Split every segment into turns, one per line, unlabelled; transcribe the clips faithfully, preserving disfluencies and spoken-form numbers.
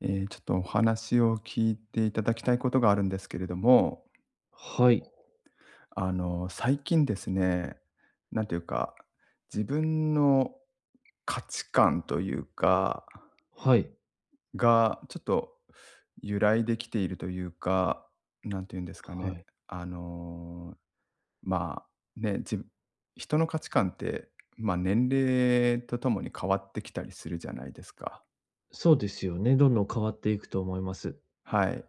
えーちょっとお話を聞いていただきたいことがあるんですけれども、
はい、
あの、最近ですね、なんていうか、自分の価値観というか、
はい、
が、ちょっと揺らいできているというか、なんていうんですかね、
はい。
あの、まあ、ね、自人の価値観って、まあ、年齢とともに変わってきたりするじゃないですか。
そうですよね。どんどん変わっていくと思います。
はい。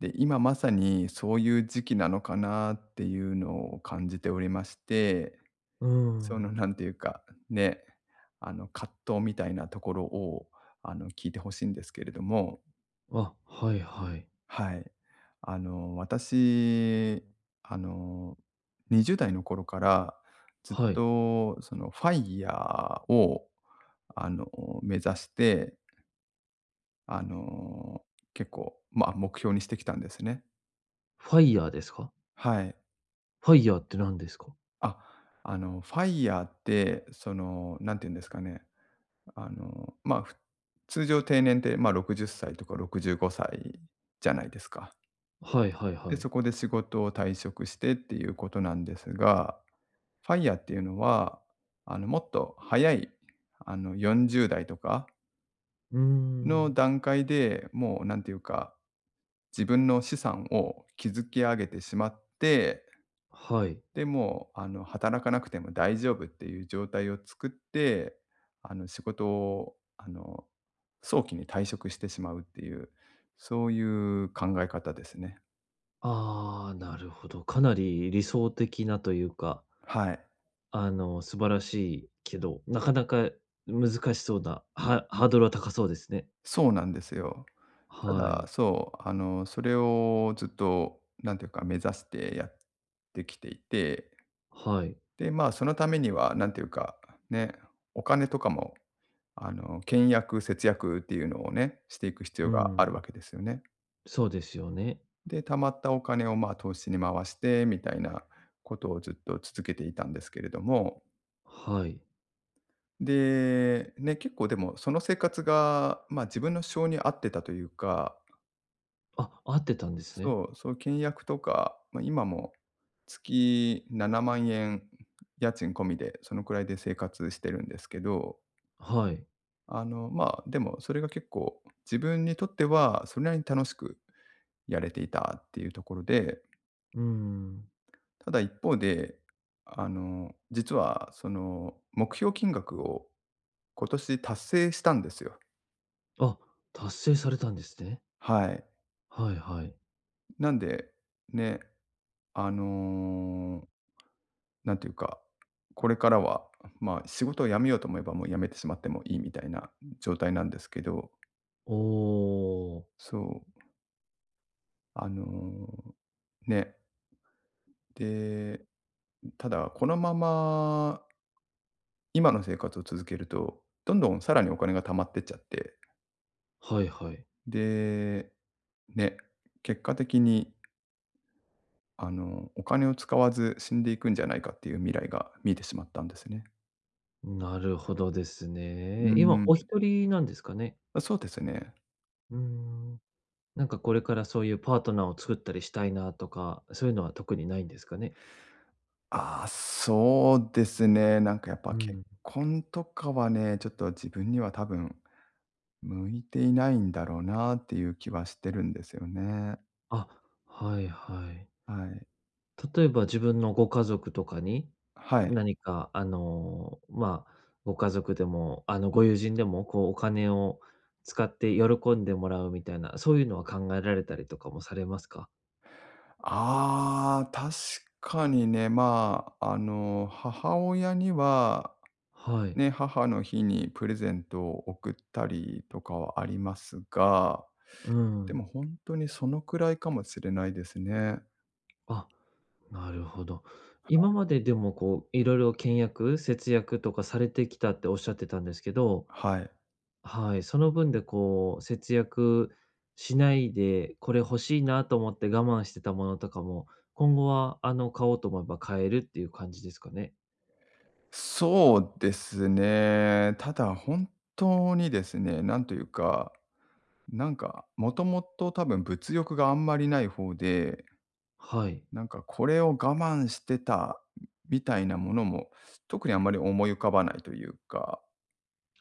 で、今まさにそういう時期なのかなっていうのを感じておりまして、
うー
そ
ん。
のなんていうか、ね、あの葛藤みたいなところをあの聞いてほしいんですけれども、
あ、はいはい。
はい。あの私、あのにじゅう代の頃からずっ
はい。
とそのファイ r ーをあの目指して、あの結構、まあ、目標にしてきたんですね。
ファイヤーですか？
はい。
ファイヤーって何ですか？
あ、あの、ファイヤーって、その、なんて言うんですかね、あの、まあ、ふ通常定年って、まあ、ろくじゅっさいとか65歳じゅうごさいじゃないですか。
はいはい
で、
はい。
そこで仕事を退職してっていうことなんですが、ファイヤーっていうのは、あの、もっと早い、あの、よんじゅう代とか
うー
の
ん。
段階でもう、なんていうか、自分の資産を築き上げてしまって
はい。
で、もう、あの、働かなくても大丈夫っていう状態を作って、あの、仕事を、あの、早期に退職してしまうっていう、そういう考え方ですね。
ああ、なるほど。かなり理想的なというか、
はい。
あの、素晴らしいけど、なかなか難しそうな、ハハードルは高そうですね。
そうなんですよ。た
は
だ、
い。
そう、あの、それをずっと、なんていうか、目指してやってきていて、
はい。
で、まあ、そのためには、なんていうか、ね、お金とかも、あの、倹約、節約っていうのをね、していく必
う
要がある
ん。
わけですよね。
そうですよね。
で、貯まったお金を、ま、投資に回してみたいなことをずっと続けていたんですけれども、
はい。
で、ね、結構でもその生活が、ま、自分の性に合ってたというか、
あ、合ってたんですね。
そう、そういう倹約とか、まあ、今も月ななまん円家賃込みでそのくらいで生活してるんですけど、
はい。
あの、ま、あでもそれが結構自分にとってはそれなりに楽しくやれていたっていうところで
うーん。
ただ一方で、あの、実はその目標金額を今年達成したんですよ。
あ、達成されたんですね。
はい。
はいはい。
なんで、ね、あの、なんていうか、これからは、まあ、仕事を辞めようと思えばもう辞めてしまってもいいみたいな状態なんですけど、
おー、
そう、あの、ね、で、ただこのまま今の生活を続けると、どんどんさらにお金が貯まってっちゃって
はいはい。
で、ね、結果的に、あの、お金を使わず死んでいくんじゃないかっていう未来が見えてしまったんですね。
なるほどです
う
ね。今
ん。
お一人なんですかね？
そうですね。
うーん。なんかこれからそういうパートナーを作ったりしたいなとか、そういうのは特にないんですかね？
ああ、そうですね。なんかやっぱ
う
結
ん。
婚とかはね、ちょっと自分には多分向いていないんだろうなっていう気はしてるんですよね。
あ、はいはい。
はい。
例えば自分のご家族とかに、
はい。
何かあの、まあ、ご家族でも、あの、ご友人でも、こう、お金を使って喜んでもらうみたいな、そういうのは考えられたりとかもされますか？
ああ、確かにね、まあ、あの、母親には、
はい。
ね、母の日にプレゼントを贈ったりとかはありますが、
う
で
ん。
も本当にそのくらいかもしれないですね。
あ、なるほど。今まででもこう、いろいろ倹約、節約とかされてきたっておっしゃってたんですけど、
はい。
はい、その分でこう、節約しないで、これ欲しいなと思って我慢してたものとかも、今後は、あの、買おうと思えば買えるっていう感じですかね。
そうですね。ただ本当にですね、なんというか、なんか、もともと多分物欲があんまりない方で
はい。
なんかこれを我慢してたみたいなものも、特にあんまり思い浮かばないというか。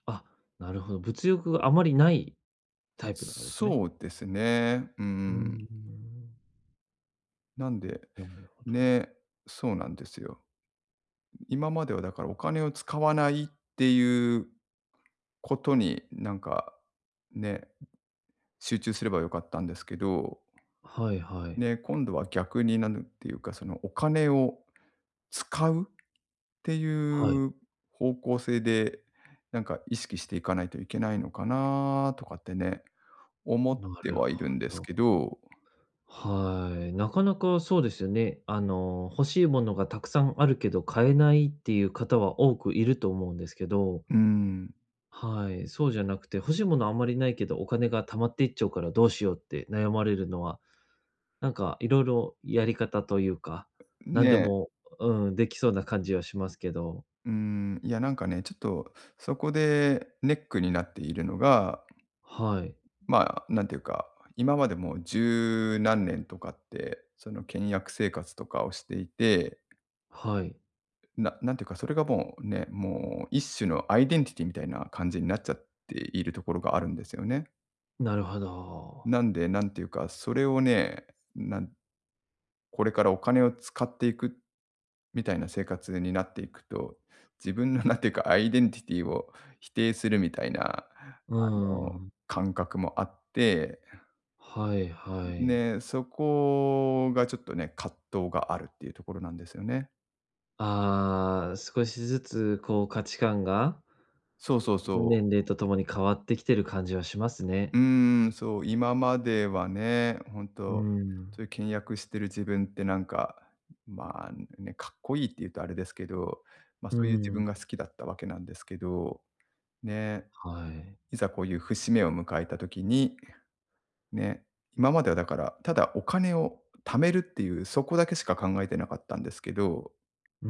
あ、なるほど。物欲があまりないタイプなんですね。
そうですね。う
うー
ん。
ん。
なんで、
なるほど。
ね、そうなんですよ。今まではだからお金を使わないっていうことに、なんか、ね、集中すればよかったんですけど、
はいはい。
ね、今度は逆になんていうか、そのお金を使うってい
はい。
う方向性で、なんか意識していかないといけないのかなとかってね、思っ
な
て
る
はい
ほ
るんです
ど。
けど、
はい。なかなかそうですよね。あの、欲しいものがたくさんあるけど買えないっていう方は多くいると思うんですけど、
うん、
はい、そうじゃなくて、欲しいものあんまりないけど、お金が貯まっていっちゃうからどうしようって悩まれるのは、なんかいろいろやり方というか、何で
ね、
も、うん、できそうな感じはしますけど。
うん、いやなんかね、ちょっとそこでネックになっているのが、
はい、
まあ、なんていうか、今までもうじゅうなんねんとかって、その倹約生活とかをしていて、
はい、
ななんていうか、それがもうね、もう一種のアイデンティティみたいな感じになっちゃっているところがあるんですよね。
なるほど。
なんで、なんていうか、それをね、なんこれからお金を使っていくみたいな生活になっていくと、自分の なんていうか、アイデンティティを否定するみたいな、
うー
あの、
ん、
感覚もあって、
はいはい。
ね、そこがちょっとね、葛藤があるっていうところなんですよね。
ああ、少しずつこう価値観が、
そうそうそ
年
う。
齢とともに変わってきてる感じはします
う
ね。
ーん、そう、今まではね、本
うー
当そう
ん、
いう倹約してる自分ってなんか、まあ、ね、かっこいいって言うとあれですけど、ま、あ
う
そ
ー
ういう自分が
ん、
好きだったわけなんですけど、ね、
はい、
いざこういう節目を迎えた時に、ね、今まではだから、ただお金を貯めるっていう、そこだけしか考えてなかったんですけど、
うー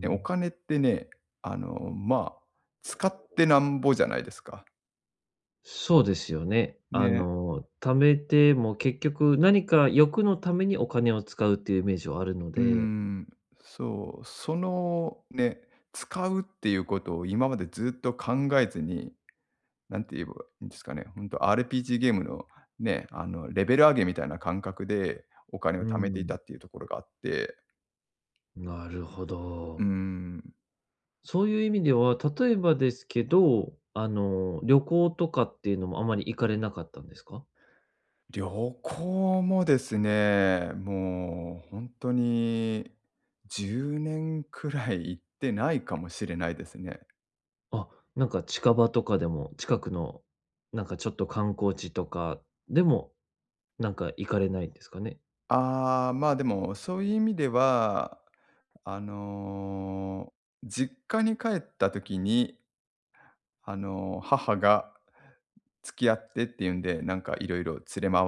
ね、お金ってね、あの、まあ、使ってなんぼじゃないですか。
そうですよね。あ
ね。
の、貯めても結局何か欲のためにお金を使うっていうイメージはあるの
うー
で、
ん、そう、そのね、使うっていうことを今までずっと考えずに、なんて言えばいいんですかね、ほんと アールピージー ゲームのね、あの、レベル上げみたいな感覚でお金
う
を貯めていた
ん、
っていうところがあって、
なるほ
うー
ど。
ん、
そういう意味では、例えばですけど、あの、旅行とかっていうのもあまり行かれなかったんですか？
旅行もですね、もうほんとにじゅうねんくらい行ってないかもしれないですね。
あ、なんか近場とかでも、近くのなんかちょっと観光地とかでも、なんか行かれないんですかね？
ああ、まあ、でもそういう意味ではあの、実家に帰った時に、あの、母が付き合ってっていうんで、なんかいろいろ連れ回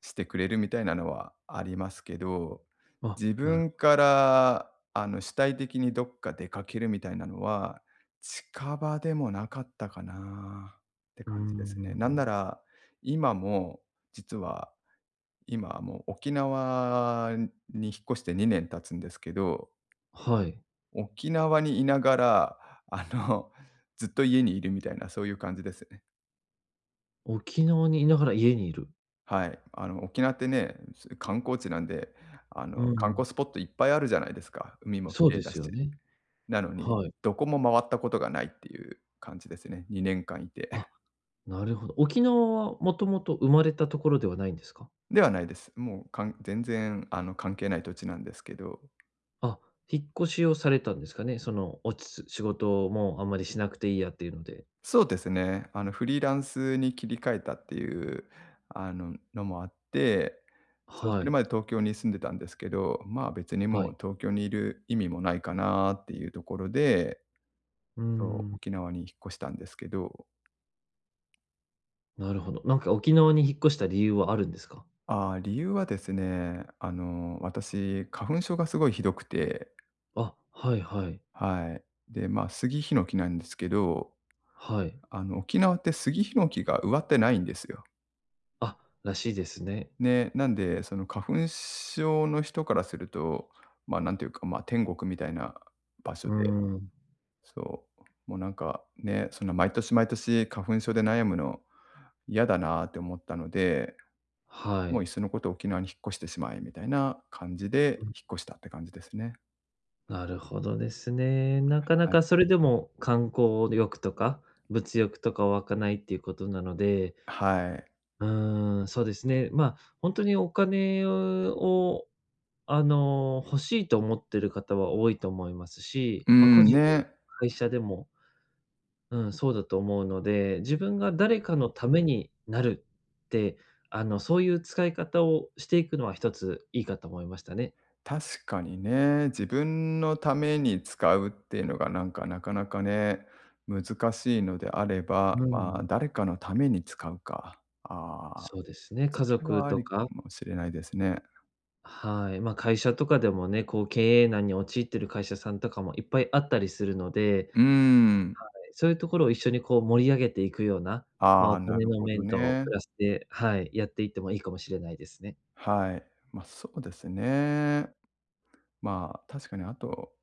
してくれるみたいなのはありますけど、
あ、
自
なる、
分から、あの、主体的にどっか出かけるみたいなのは、近場でもなかったかなって
うー
感じですね。なん
ん。
なら、今も実は、今はもう沖縄に引っ越してにねん経つんですけど
はい。
沖縄にいながら、あの、ずっと家にいるみたいな、そういう感じですね。
沖縄にいながら家にいる。
はい。あの、沖縄ってね、す観光地なんで、あの、
う
観光
ん。
スポットいっぱいあるじゃないですか。海も綺
そう
麗
で
だ
す
し。
よね。
なのに、
はい。
どこも回ったことがないっていう感じですね。にねんかんいて。
あ、なるほど。沖縄はもともと生まれたところではないんですか？
ではないです。もう、かん全然、あの、関係ない土地なんですけど。
あ、引っ越しをされたんですかね。その、落ち着仕事もあんまりしなくていいやっていうので。
そうですね。あの、フリーランスに切り替えたっていう、あの、のもあって、そう、そ
は
れ
い、
まで東京に住んでたんですけど、まあ、別に
は
も
い。
う東京にいる意味もないかなっていうところで、
うー
そう、
ん、
沖縄に引っ越したんですけど、
なるほど。なんか沖縄に引っ越した理由はあるんですか？
ああ、理由はですね、あの、私、花粉症がすごいひどくて、
あ、はいはい。
はい。で、まあ、杉ヒノキなんですけど、
はい。
あの、沖縄って杉ヒノキが植わってないんですよ。
あ、らしいですね。
ね、なんで、その花粉症の人からすると、まあ、なんていうか、まあ、天国みたいな場
う
所
ー
で、
ん、
そう、もうなんかね、そんな毎年毎年花粉症で悩むの嫌だなって思ったので、
は
もうい
い。
っそのこと沖縄に引っ越してしまえみたいな感じ
う
で
ん、
引っ越したって感じですね。
なるほどですね。なかな
はい。
かそれでも観光欲とか、物欲とか湧かないっていうことなので、
はい。
うーん、そうですね。まあ、本当にお金を、あの、欲しいと思ってる方は多いと思いますし、
う
まあ、個
ん、
人でも
ね。
会社でも、うん、そうだと思うので、自分が誰かのためになるって、あの、そういう使い方をしていくのは一ついいかと思いましたね。
確かにね、自分のために使うっていうのがなんかなかなかね、難しいのであれば、
う
まあ、
ん、
誰かのために使うか。ああ、
そうですね。
そ
家
れ
族
はあ
と
りか
か、
もしれないですね。
はい。まあ、会社とかでもね、こう経営難に陥ってる会社さんとかもいっぱいあったりするので、
うーん。
そういうところを一緒にこう盛り上げていくような、ま
あ
あ、お
あ、な
金
る
の
ほど
面と
ね。
プラスで、はい、やっていってもいいかもしれないですね。
はい。ま、あそうですね。まあ、確かにあと、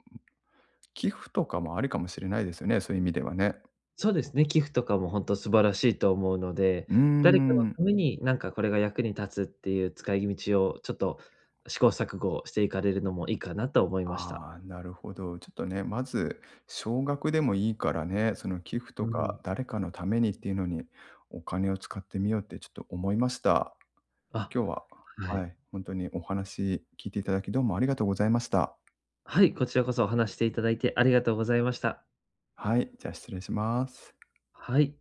寄付とかもありかもしれないですよね、そういう意味ではね。
そうですね、寄付とかも本当素晴らしいと思うので、
うー
誰かの
ん。
ためになんかこれが役に立つっていう使い道をちょっと試行錯誤していかれるのもいいかなと思いました。
ああ、なるほど。ちょっとね、まず少額でもいいからね、その寄付と
う
か
ん。
誰かのためにっていうのにお金を使ってみようってちょっと思いました。
あ、
今日は、
はい。
はい、本当にお話聞いていただきどうもありがとうございました。
はい、こちらこそお話していただいてありがとうございました。
はい、じゃあ失礼します。
はい。